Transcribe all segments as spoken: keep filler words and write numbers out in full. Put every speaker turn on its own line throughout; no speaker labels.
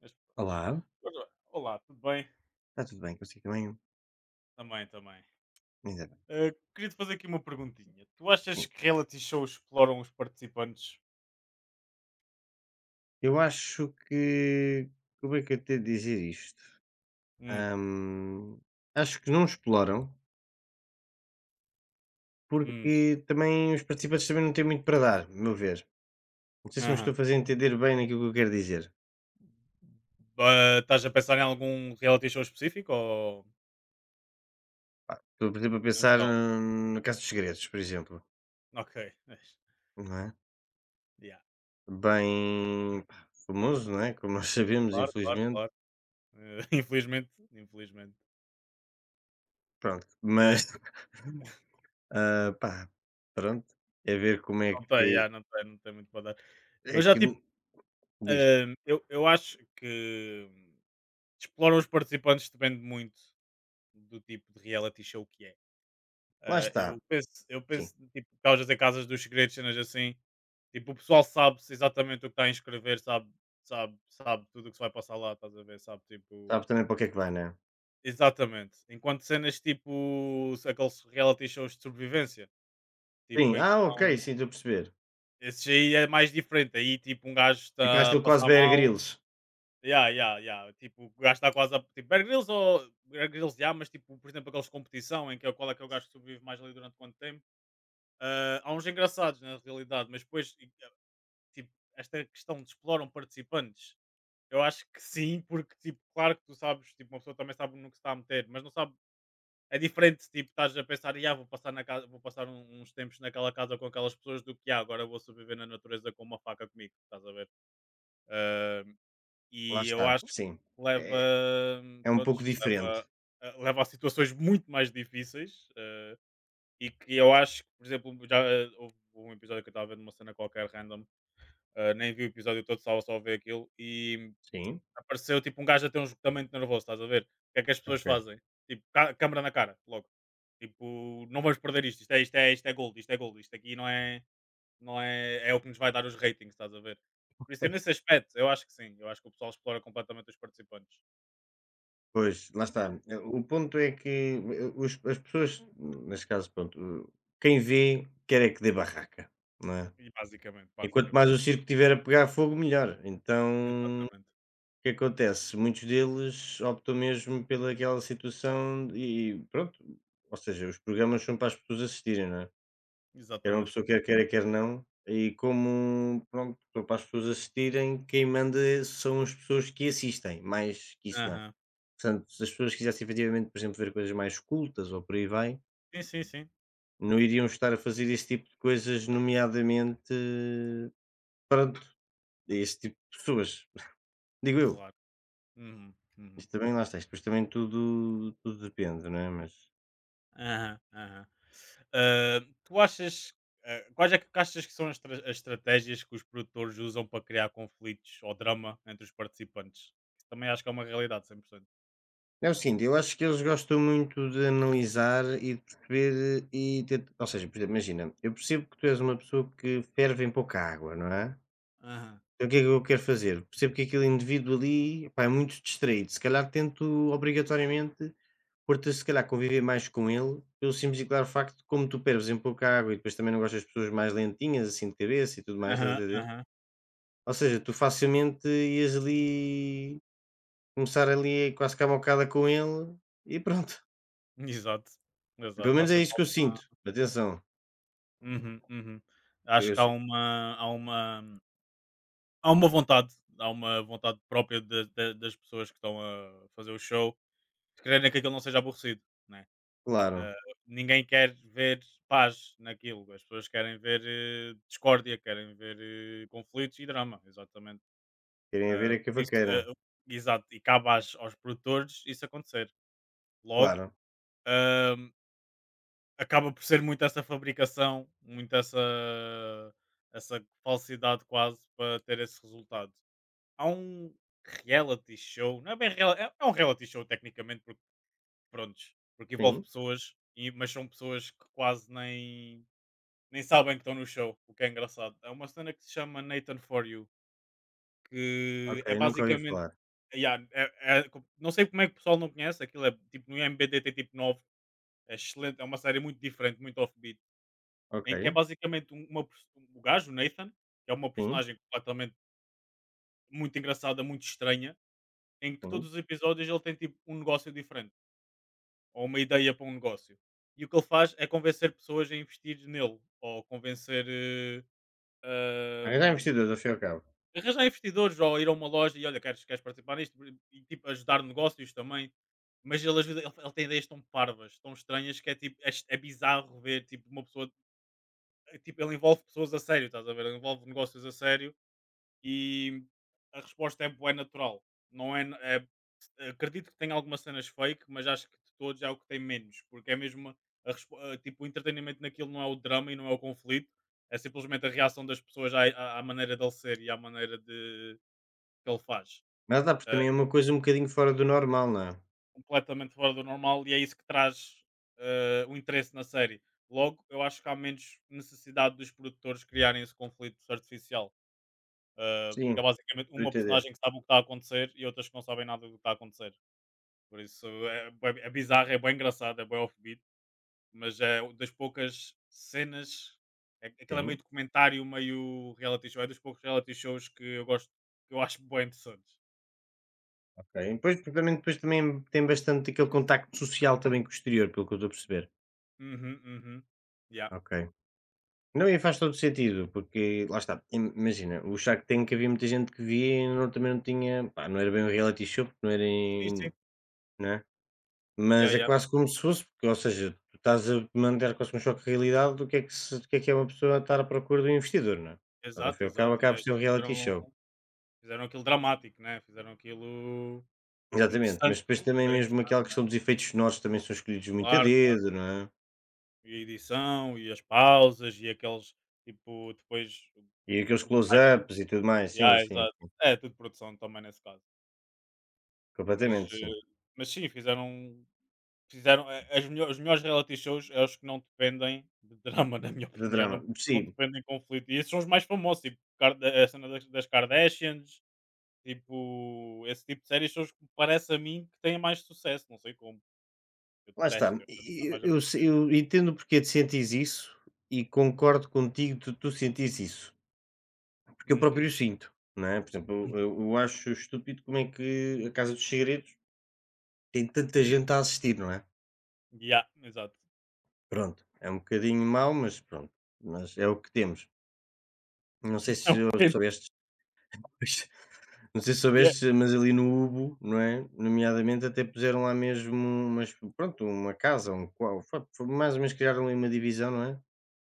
Mas prontos.
Olá,
Olá, tudo bem?
está tudo bem consigo também?
Também, também.
Ainda bem.
Eh, Queria-te fazer aqui uma perguntinha. Tu achas
Sim.
que reality shows exploram os participantes?
Eu acho que. Como é que eu tenho de dizer isto?
Hum,
Hum, acho que não exploram,
hum,
porque também os participantes também não têm muito para dar, a meu ver. Não sei se me estou
aham.
a fazer entender bem naquilo que eu quero dizer.
Ba- Estás a pensar em algum reality show específico ou
Estou, por exemplo, a
em
pensar
geral?
hum, no caso dos segredos, por exemplo,
Ok, mas,
não é?
yeah.
Bem pá, famoso, não é? Como nós sabemos,
Claro, claro,
infelizmente.
claro. Eh, infelizmente, infelizmente.
Pronto,
Eh,
mas ah, pá, pronto, é ver como é
não tem, yeah,
que
não tem, não tem muito para dar.
é
Mas já
que
tipo,
diz.
eh, eu, eu acho que exploram os participantes depende muito do tipo de reality show que é.
Lá
Ah,
está.
eu penso, eu
Sim,
penso, tipo, estavas a dizer Casas dos Segredos, cenas assim, tipo, o pessoal sabe exatamente o que está a inscrever, sabe, sabe, sabe tudo o que se vai passar lá, estás a ver, sabe, tipo,
sabes também para o que é que vai, não é?
exatamente. Enquanto cenas tipo aqueles reality shows de sobrevivência, tipo,
Sim,
em que
ah, ok,
estão,
sim, estou a perceber.
esses aí é mais diferente, aí tipo, um gajo
Tipo, há
está a
estilo quase
passar
Bear
mal.
Grylls.
Yeah, yeah, yeah. Tipo, o gajo está quase a. Tipo, Bear Grylls ou. Bear Grylls, yeah, mas tipo, por exemplo, aqueles de competição em que é qual é que é o gajo que sobrevive mais ali durante quanto tempo. Ah, há uns engraçados na realidade, mas depois, e, ah, tipo, esta questão de exploram participantes, eu acho que sim, porque, tipo, claro que tu sabes, tipo, uma pessoa também sabe no que se está a meter, mas não sabe. É diferente, tipo, estás a pensar, "Ya, vou passar, na casa, vou passar um- uns tempos naquela casa com aquelas pessoas, do que, ah, agora vou sobreviver na natureza com uma faca comigo, estás a ver? Ah,
Lá
e eu
está,
acho que
sim.
leva,
É, é um pouco
prontos,
diferente.
leva, ah, leva a situações muito mais difíceis, ah, e que eu acho que, por exemplo, já eh, houve um episódio que eu estava vendo uma cena qualquer random, eh, nem vi o episódio todo, estava só a ver aquilo e
Sim,
apareceu tipo um gajo a ter um esgotamento nervoso, estás a ver? O que é que as pessoas
ok.
fazem? Tipo, cá- câmara na cara, logo. Tipo, não vamos perder isto, isto é, isto é, isto é gold, isto é gold, isto aqui não é, não é, é o que nos vai dar os ratings, estás a ver? Por isso, nesse aspecto, eu acho que sim, eu acho que o pessoal explora completamente os participantes.
Pois, lá
Eh,
está. Eh, O ponto é que eh, os- as pessoas, neste caso, pronto, eh, quem vê quer é que dê barraca, não é?
E basicamente,
E quanto mais
basicamente.
o circo tiver a pegar fogo, melhor. Então, o
Exatamente.
que acontece? Muitos deles optam mesmo pelaquela situação e pronto. Ou seja, os programas são para as pessoas assistirem, não é? Era uma
Exatamente.
pessoa quer queira, quer não, e como, pronto, para as pessoas assistirem, quem manda são as pessoas que assistem, mais que isso não. é.
Aham.
Portanto, se as pessoas quisessem efetivamente, por exemplo, ver coisas mais cultas ou por aí vai,
Sim, sim, sim.
não iriam estar a fazer esse tipo de coisas, nomeadamente, pronto, a esse tipo de pessoas, digo eu.
Claro. Uhum, uhum.
Isto também lá está, isto depois também tudo tudo depende, não é, mas
Aham, aham. Ah, tu achas, ah, quais é que achas que são as, tra- as estratégias que os produtores usam para criar conflitos ou drama entre os participantes? Isso também acho que é uma realidade, cem por cento.
é o seguinte, eu acho que eles gostam muito de analisar e de perceber e tent ou seja, por exemplo, imagina, eu percebo que tu és uma pessoa que ferve em pouca água, não é?
Aham.
Então o que é que eu quero fazer? Percebo que aquele indivíduo ali, pá, é muito distraído, se calhar tento obrigatoriamente pôr-te se calhar a conviver mais com ele, pelo simples e claro facto de como tu perves em pouca água e depois também não gostas de pessoas mais lentinhas, assim, de cabeça e tudo mais, estás
Aham,
a entender?
aham.
Ou seja, tu facilmente ias ali começar ali quase que à mocada com ele e pronto.
Exato,
Pelo
exato. Há
menos é
sempre
isso que eu
alguma.
sinto, atenção,
Uhum, uhum. Acho
eu
que há
se
uma, há uma, há uma vontade, há uma vontade própria de- de- das pessoas que estão a fazer o show de quererem que aquilo não seja aborrecido, né? Ah,
claro,
ninguém quer ver paz naquilo, as pessoas querem ver eh, discórdia, querem ver eh, conflitos e drama, exatamente.
querem
Ah,
ver é a
por isso,
vaqueira,
ah, exato, e cabe às- aos produtores isso acontecer. Logo,
claro,
ahm, acaba por ser muito essa fabricação, muito essa, essa falsidade quase para ter esse resultado. Há um reality show, não é bem real, é, é um reality show tecnicamente, porque prontos, porque envolve
sim,
pessoas, e- mas são pessoas que quase nem nem sabem que estão no show, o que é engraçado. É uma cena que se chama Nathan For You, que
ok,
é
nunca ouvi
basicamente.
falar,
Yeah, é- é- não sei como é que o pessoal não conhece, aquilo é tipo no I M B D tem tipo nove, é excelente, é uma série muito diferente, muito offbeat,
ok,
em que é basicamente um- uma, pers- o gajo, o Nathan, que é uma
sim,
personagem completamente muito engraçada, muito estranha, em que
sim.
todos os episódios ele tem tipo um negócio diferente, ou uma ideia para um negócio. E o que ele faz é convencer pessoas a investir nele, ou convencer
Arranjar
eh,
investidores ao fim e ao cabo,
arranjar investidores ou ir a uma loja e olha, queres, queres participar nisto e tipo ajudar negócios também. Mas ele ajuda, ele, ele tem ideias tão parvas, tão estranhas que é tipo, é, est- é bizarro ver tipo uma pessoa, é, tipo, ele envolve pessoas a sério, estás a ver? Ele envolve negócios a sério e a resposta é boa, natural. Não é, é- acredito que tem algumas cenas fake, mas acho que de todos é o que tem menos, porque é mesmo uma- a respo- a, tipo, o entretenimento naquilo não é o drama e não é o conflito, é simplesmente a reação das pessoas à, à, à maneira dele ser e à maneira de, que ele faz.
mas lá pois
Eh,
também é uma coisa um bocadinho fora do normal, não é?
Completamente fora do normal e é isso que traz eh, o interesse na série. Logo, eu acho que há menos necessidade dos produtores criarem esse conflito artificial. Eh,
Sim,
porque é basicamente
estou a
uma
entender,
personagem que sabe o que está a acontecer e outras que não sabem nada do que está a acontecer. Por isso é, bué- é bizarro, é bem engraçado, é bem offbeat, mas é das poucas cenas. É, aquele é meio
sim,
documentário, meio reality show. É dos poucos reality shows que eu gosto, que eu acho bem interessantes.
ok. Depois porque também depois também tem bastante aquele contacto social também com o exterior, pelo que eu estou a perceber,
Uhum, uhum. Yeah.
ok. Não, e faz todo sentido, porque lá está, im imagina, o Shark Tank havia muita gente que via e não também não tinha pá, não era bem um reality show, porque não era
Sim, sim.
em não é?
Yeah,
Mas é
yeah.
quase como se fosse, porque, ou seja, tu estás a manter quase um choque de realidade do que é que se do que é que é uma pessoa estar à procura de um investidor, não é? Portanto, ao
Exato,
fim e ao cabo,
exato. E
acaba
aí
por ser um reality
fizeram
show.
fizeram aquilo dramático, né? Fizeram aquilo
Exatamente,
interessante,
mas depois
de uma
também
maneira
mesmo aquela
interessante, né?
questão dos efeitos sonoros também são escolhidos muito a
Claro, claro.
dedo, não é?
E a edição, e as pausas, e aqueles tipo, depois o
E aqueles
o que mais
close-ups e tudo mais, sim,
Yeah,
sim,
exato.
sim.
É tudo produção também nesse caso. Mas,
Completamente,
eh,
sim.
mas sim, fizeram fizeram a as melhores os melhores reality shows é os que não dependem de drama, na minha
De
opinião, não
drama.
não
Sim,
dependem de conflito. E esses são os mais famosos, tipo Kar eh, a cena das das Kardashians. Tipo, esse tipo de séries são os que me parece a mim que têm mais sucesso, não sei como. Eu
lá
detesto,
está.
eu detesto ficar
E
mais
Eu, eu,
aborrecido.
eu entendo porque é de sentes isso e concordo contigo de tu sentires isso. Porque eu próprio
Uhum.
sinto, não é? Por exemplo, eu, eu acho estúpido como é que a Casa dos Segredos tem tanta gente a assistir, não é?
Yeah, exato.
Pronto, é um bocadinho mau, mas pronto, mas é o que temos. Não sei
É o
se
que
eu
temos.
soubeste, não sei se
Yeah.
soubeste, mas ali no Ubo, não é? Nomeadamente até puseram lá mesmo umas, pronto, uma casa, um qual, foi, foi mais ou menos criaram ali uma divisão, não é?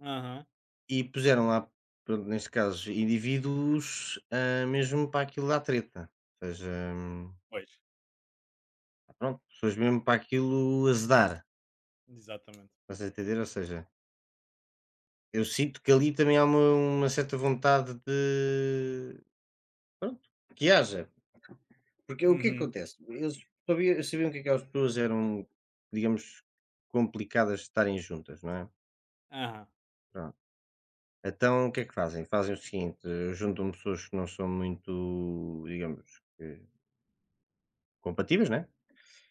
Aham.
E puseram lá, pronto, neste caso, indivíduos ah, mesmo para aquilo da treta. Ou seja, hum,
Pois,
pronto, pessoas mesmo para aquilo azedar,
exatamente.
estás a entender? Ou seja, eu sinto que ali também há uma, uma certa vontade de. Pronto, que haja. Porque o que é que
Uhum.
acontece? Eles sabia- eu sabiam que aquelas pessoas eram, digamos, complicadas de estarem juntas, não é?
Aham.
Pronto. Então o que é que fazem? Fazem o seguinte: eh, juntam pessoas que não são muito, digamos, que compatíveis, não é?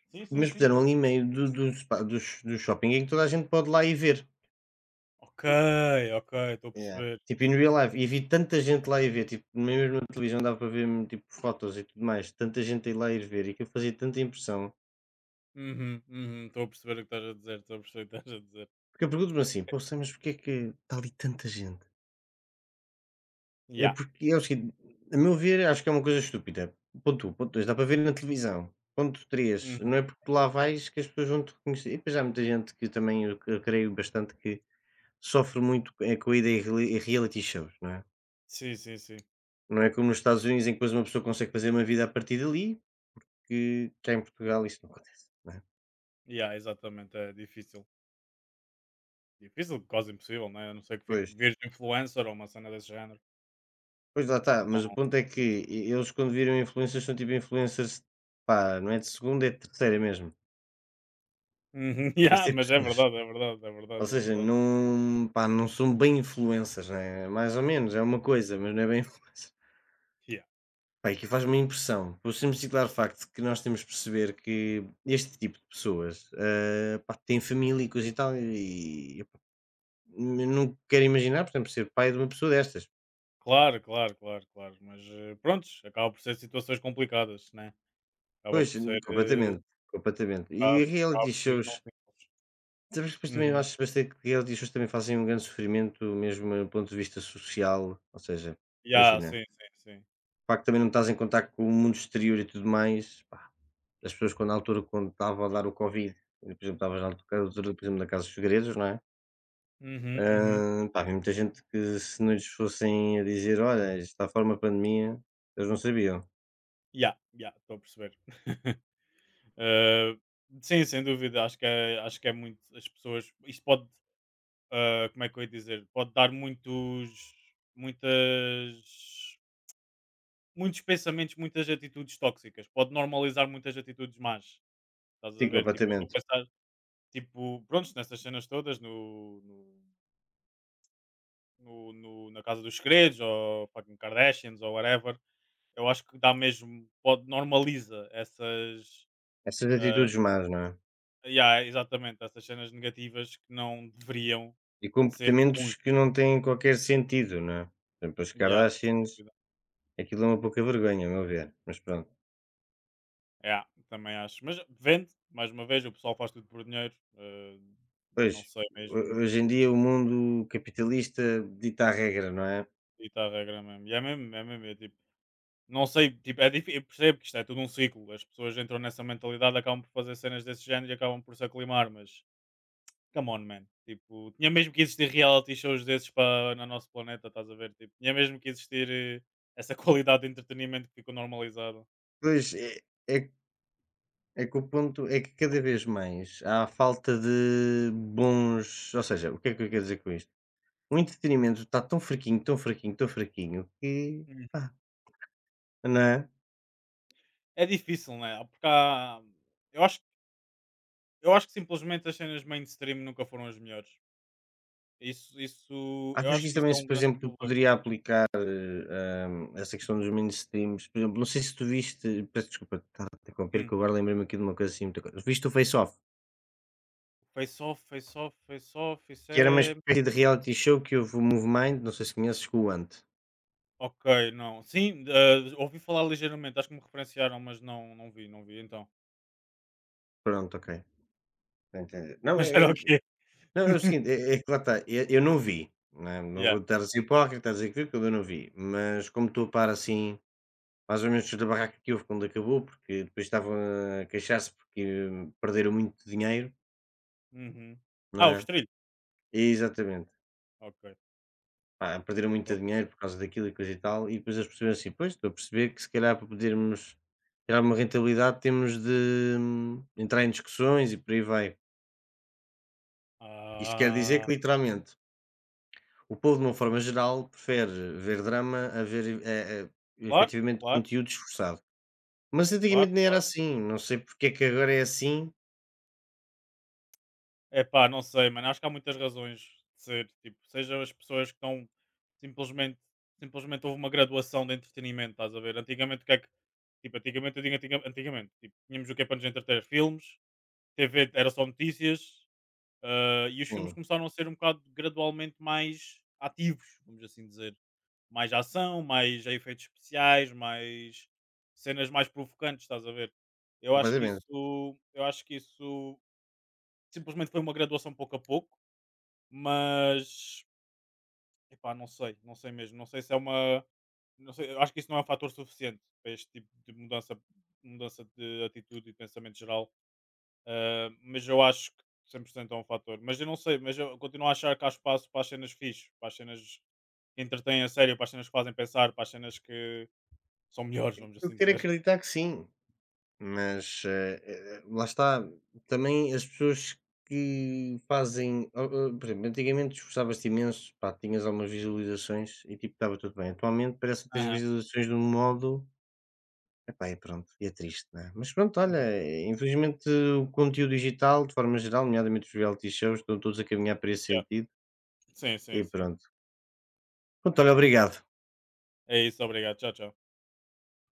Sim, sim,
Mas
sim,
fizeram
claro.
ali meio do, do, spa- do, sh- do shopping em que toda a gente pode lá ir ver.
Ok, ok, estou a
Yeah.
perceber.
Tipo, in real life, e vi tanta gente lá ir ver, tipo, mesmo na televisão dava para ver tipo fotos e tudo mais, tanta gente a ir lá ir ver e que fazia tanta impressão.
Uhum, uhum, estou a perceber o que estás a dizer, estou a perceber o que estás a dizer.
Porque eu pergunto-me assim, poxa, mas porquê é que está ali tanta gente? É
Yeah.
porque é o seguinte, a meu ver, acho que é uma coisa estúpida. Ponto um ponto dois dá para ver na televisão. Ponto três
Uhum.
não é porque tu lá vais que as pessoas vão te reconhecer. E depois há muita gente que também eu, eu creio bastante que sofre muito é, com a ida em reali- em reality shows, não é?
Sim, sim, sim.
Não é como nos Estados Unidos em que depois uma pessoa consegue fazer uma vida a partir dali, que cá em Portugal isso não acontece, não é?
Yeah, exatamente, é difícil. Difícil, quase impossível, né? A não ser que fique
Pois,
virgem influencer ou uma cena desse género.
pois lá está, mas o ponto é
Não.
que e eles quando viram influencers são tipo influencers, pá, não é de segunda, é de terceira mesmo,
Uhum. Yeah,
este tipo de
mas é
pessoas.
verdade, é verdade, é
Ou
verdade, é
seja,
verdade.
não, pá, não são bem influencers, né? Mais ou menos, é uma coisa, mas não é bem influencer.
Yeah.
Pá, e que faz-me impressão, por simples e claro facto que nós temos de perceber que este tipo de pessoas, ah, pá, tem família e coisa e tal, e, epá, eu não quero imaginar, por exemplo, ser pai de uma pessoa destas.
Claro, claro, claro, claro. Mas eh, prontos, acaba por ser situações complicadas, né? Acaba
Pois,
por
hum,
ser. Eh,
completamente, completamente.
acaba,
E
acaba
reality
por ser
shows,
não simples.
sabes que depois também eu
Uhum.
acho bastante que reality shows também fazem um grande sofrimento mesmo do ponto de vista social, ou seja,
Yeah,
imagina,
sim, sim, sim.
o facto de também não estás em contacto com o mundo exterior e tudo mais, pá, as pessoas quando na altura quando estava a dar o Covid, por exemplo, estavas na altura, por exemplo, na Casa dos Segredos, não é?
Uhum, uhum.
Hã, pá, havia muita gente que se não lhes fossem a dizer, olha, isto está a forma pandemia, eles não sabiam.
Yeah, yeah, estou a perceber. Eh, sim, sem dúvida, acho que, é, acho que é muito. As pessoas. Isto pode. Eh, como é que eu ia dizer? Pode dar muitos. Muitas. Muitos pensamentos, muitas atitudes tóxicas, pode normalizar muitas atitudes más. Estás a
Sim,
ver? Tipo, eu estou a
completamente.
pensar, tipo, prontos, nessas cenas todas, no, no, no- no- na Casa dos Segredos, ou fucking Kardashians, ou whatever, eu acho que dá mesmo, pode, normaliza essas,
Essas
ah,
atitudes más, não é?
yeah, exatamente, essas cenas negativas que não deveriam
E
ser comuns.
comportamentos que não têm qualquer sentido, não é? Por exemplo, as
Yeah, sem
Kardashians,
dúvida.
aquilo é uma pouca vergonha, a meu ver, mas pronto.
Yeah, também acho. Mas vende, mais uma vez, o pessoal faz tudo por dinheiro, ah, e
Pois,
não sei
ho-
mesmo.
hoje em dia o mundo capitalista dita a regra, não é?
Dita a regra mesmo. E é mesmo, é mesmo. É tipo, não sei, tipo, é difícil, eu percebo que isto é tudo um ciclo. As pessoas entram nessa mentalidade, acabam por fazer cenas desse género e acabam por se aclimar, mas come on, man. Tipo, tinha mesmo que existir reality shows desses para no nosso planeta, estás a ver? Tipo, tinha mesmo que existir eh, essa qualidade de entretenimento que ficou normalizada.
Pois, é, é, é que o ponto é que cada vez mais há falta de bons. Ou seja, o que é que eu quero dizer com isto? O entretenimento está tão fraquinho, tão fraquinho, tão fraquinho que.
Hum.
Pá, não é?
É difícil, né? Ah, porque há. Eu acho, eu acho que simplesmente as cenas mainstream nunca foram as melhores. Isso, isso, eu
Achas que
acho
isso
que isso
também
é um
se, por
grande
exemplo,
problema.
poderia aplicar, eh, hum, essa questão dos mainstreams? Por exemplo, não sei se tu viste peço desculpa estar a te interromper,
Hum.
que eu agora lembrei-me aqui de uma coisa assim muita coisa viste o Face Off?
Face Off, Face Off, Face Off, isso
Que era uma
é.
espécie de reality show que houve o Movemind, não sei se conheces, com o Ant.
Ok, não. Sim, eh, ouvi falar ligeiramente, acho que me referenciaram, mas não, não vi, não vi então.
Pronto, ok, já entendi. Não,
Mas
é
era o
é
quê?
não, é o seguinte, é é que lá está, eu eu não vi, não é, não
Yeah.
vou estar a ser hipócrita, a dizer que vi, porque eu não vi, mas como estou a par, assim, mais ou menos da barraca que houve quando acabou, porque depois estavam a queixar-se porque hum, perderam muito dinheiro,
Uhum.
não
Ah, o
é?
Estrilho.
Exatamente.
Ok,
Pá, perderam muito
top.
dinheiro por causa daquilo e coisa e tal, e depois eles perceberam assim: "Pois, estou a perceber que se calhar para podermos tirar uma rentabilidade temos de hum, entrar em discussões e por aí vai". Isto quer dizer
Ah,
que literalmente o povo de uma forma geral prefere ver drama a ver, eh eh,
claro,
efetivamente
claro,
conteúdo esforçado. Mas
claro,
antigamente nem era
claro.
assim, não sei porque é que agora é assim.
É pá, não sei, mano. Acho que há muitas razões de ser. Tipo, seja as pessoas que estão simplesmente. Simplesmente houve uma graduação de entretenimento, estás a ver? Antigamente o que é que. Tipo, antigamente eu digo antiga- antigamente. Tipo, tínhamos o que é para nos entreter filmes, T V era só notícias, ah, e os filmes
Sim,
começaram a ser um bocado gradualmente mais ativos, vamos assim dizer. Mais ação, mais efeitos especiais, mais cenas mais provocantes, estás a ver? Eu acho que
completamente.
isso, eu acho que isso simplesmente foi uma graduação pouco a pouco, mas epá, não sei, não sei mesmo, não sei se é uma não sei, eu acho que isso não é um fator suficiente para este tipo de mudança, mudança de atitude e pensamento geral, ah, mas eu acho que cem por cento é um fator. Mas eu não sei, mas eu continuo a achar que há espaço para as cenas fixe, para as cenas que entretêm a sério, para as cenas que fazem pensar, para as cenas que são melhores, vamos
Eu
assim
quero
dizer.
acreditar que sim. Mas, eh eh, lá está, também as pessoas que fazem o o por exemplo, antigamente esforçavas-te imenso, pá, tinhas algumas visualizações e tipo estava tudo bem. Atualmente parece que tens
Aham.
visualizações de um modo, epá, e pronto, e é triste, né. Mas pronto, olha,
Uhum.
eh, infelizmente o conteúdo digital, de forma geral, nomeadamente os reality shows, estão todos a caminhar para esse
Yeah.
sentido
Sim, sim,
e
sim.
pronto. Pronto, olha, obrigado.
É isso, obrigado. Tchau, tchau.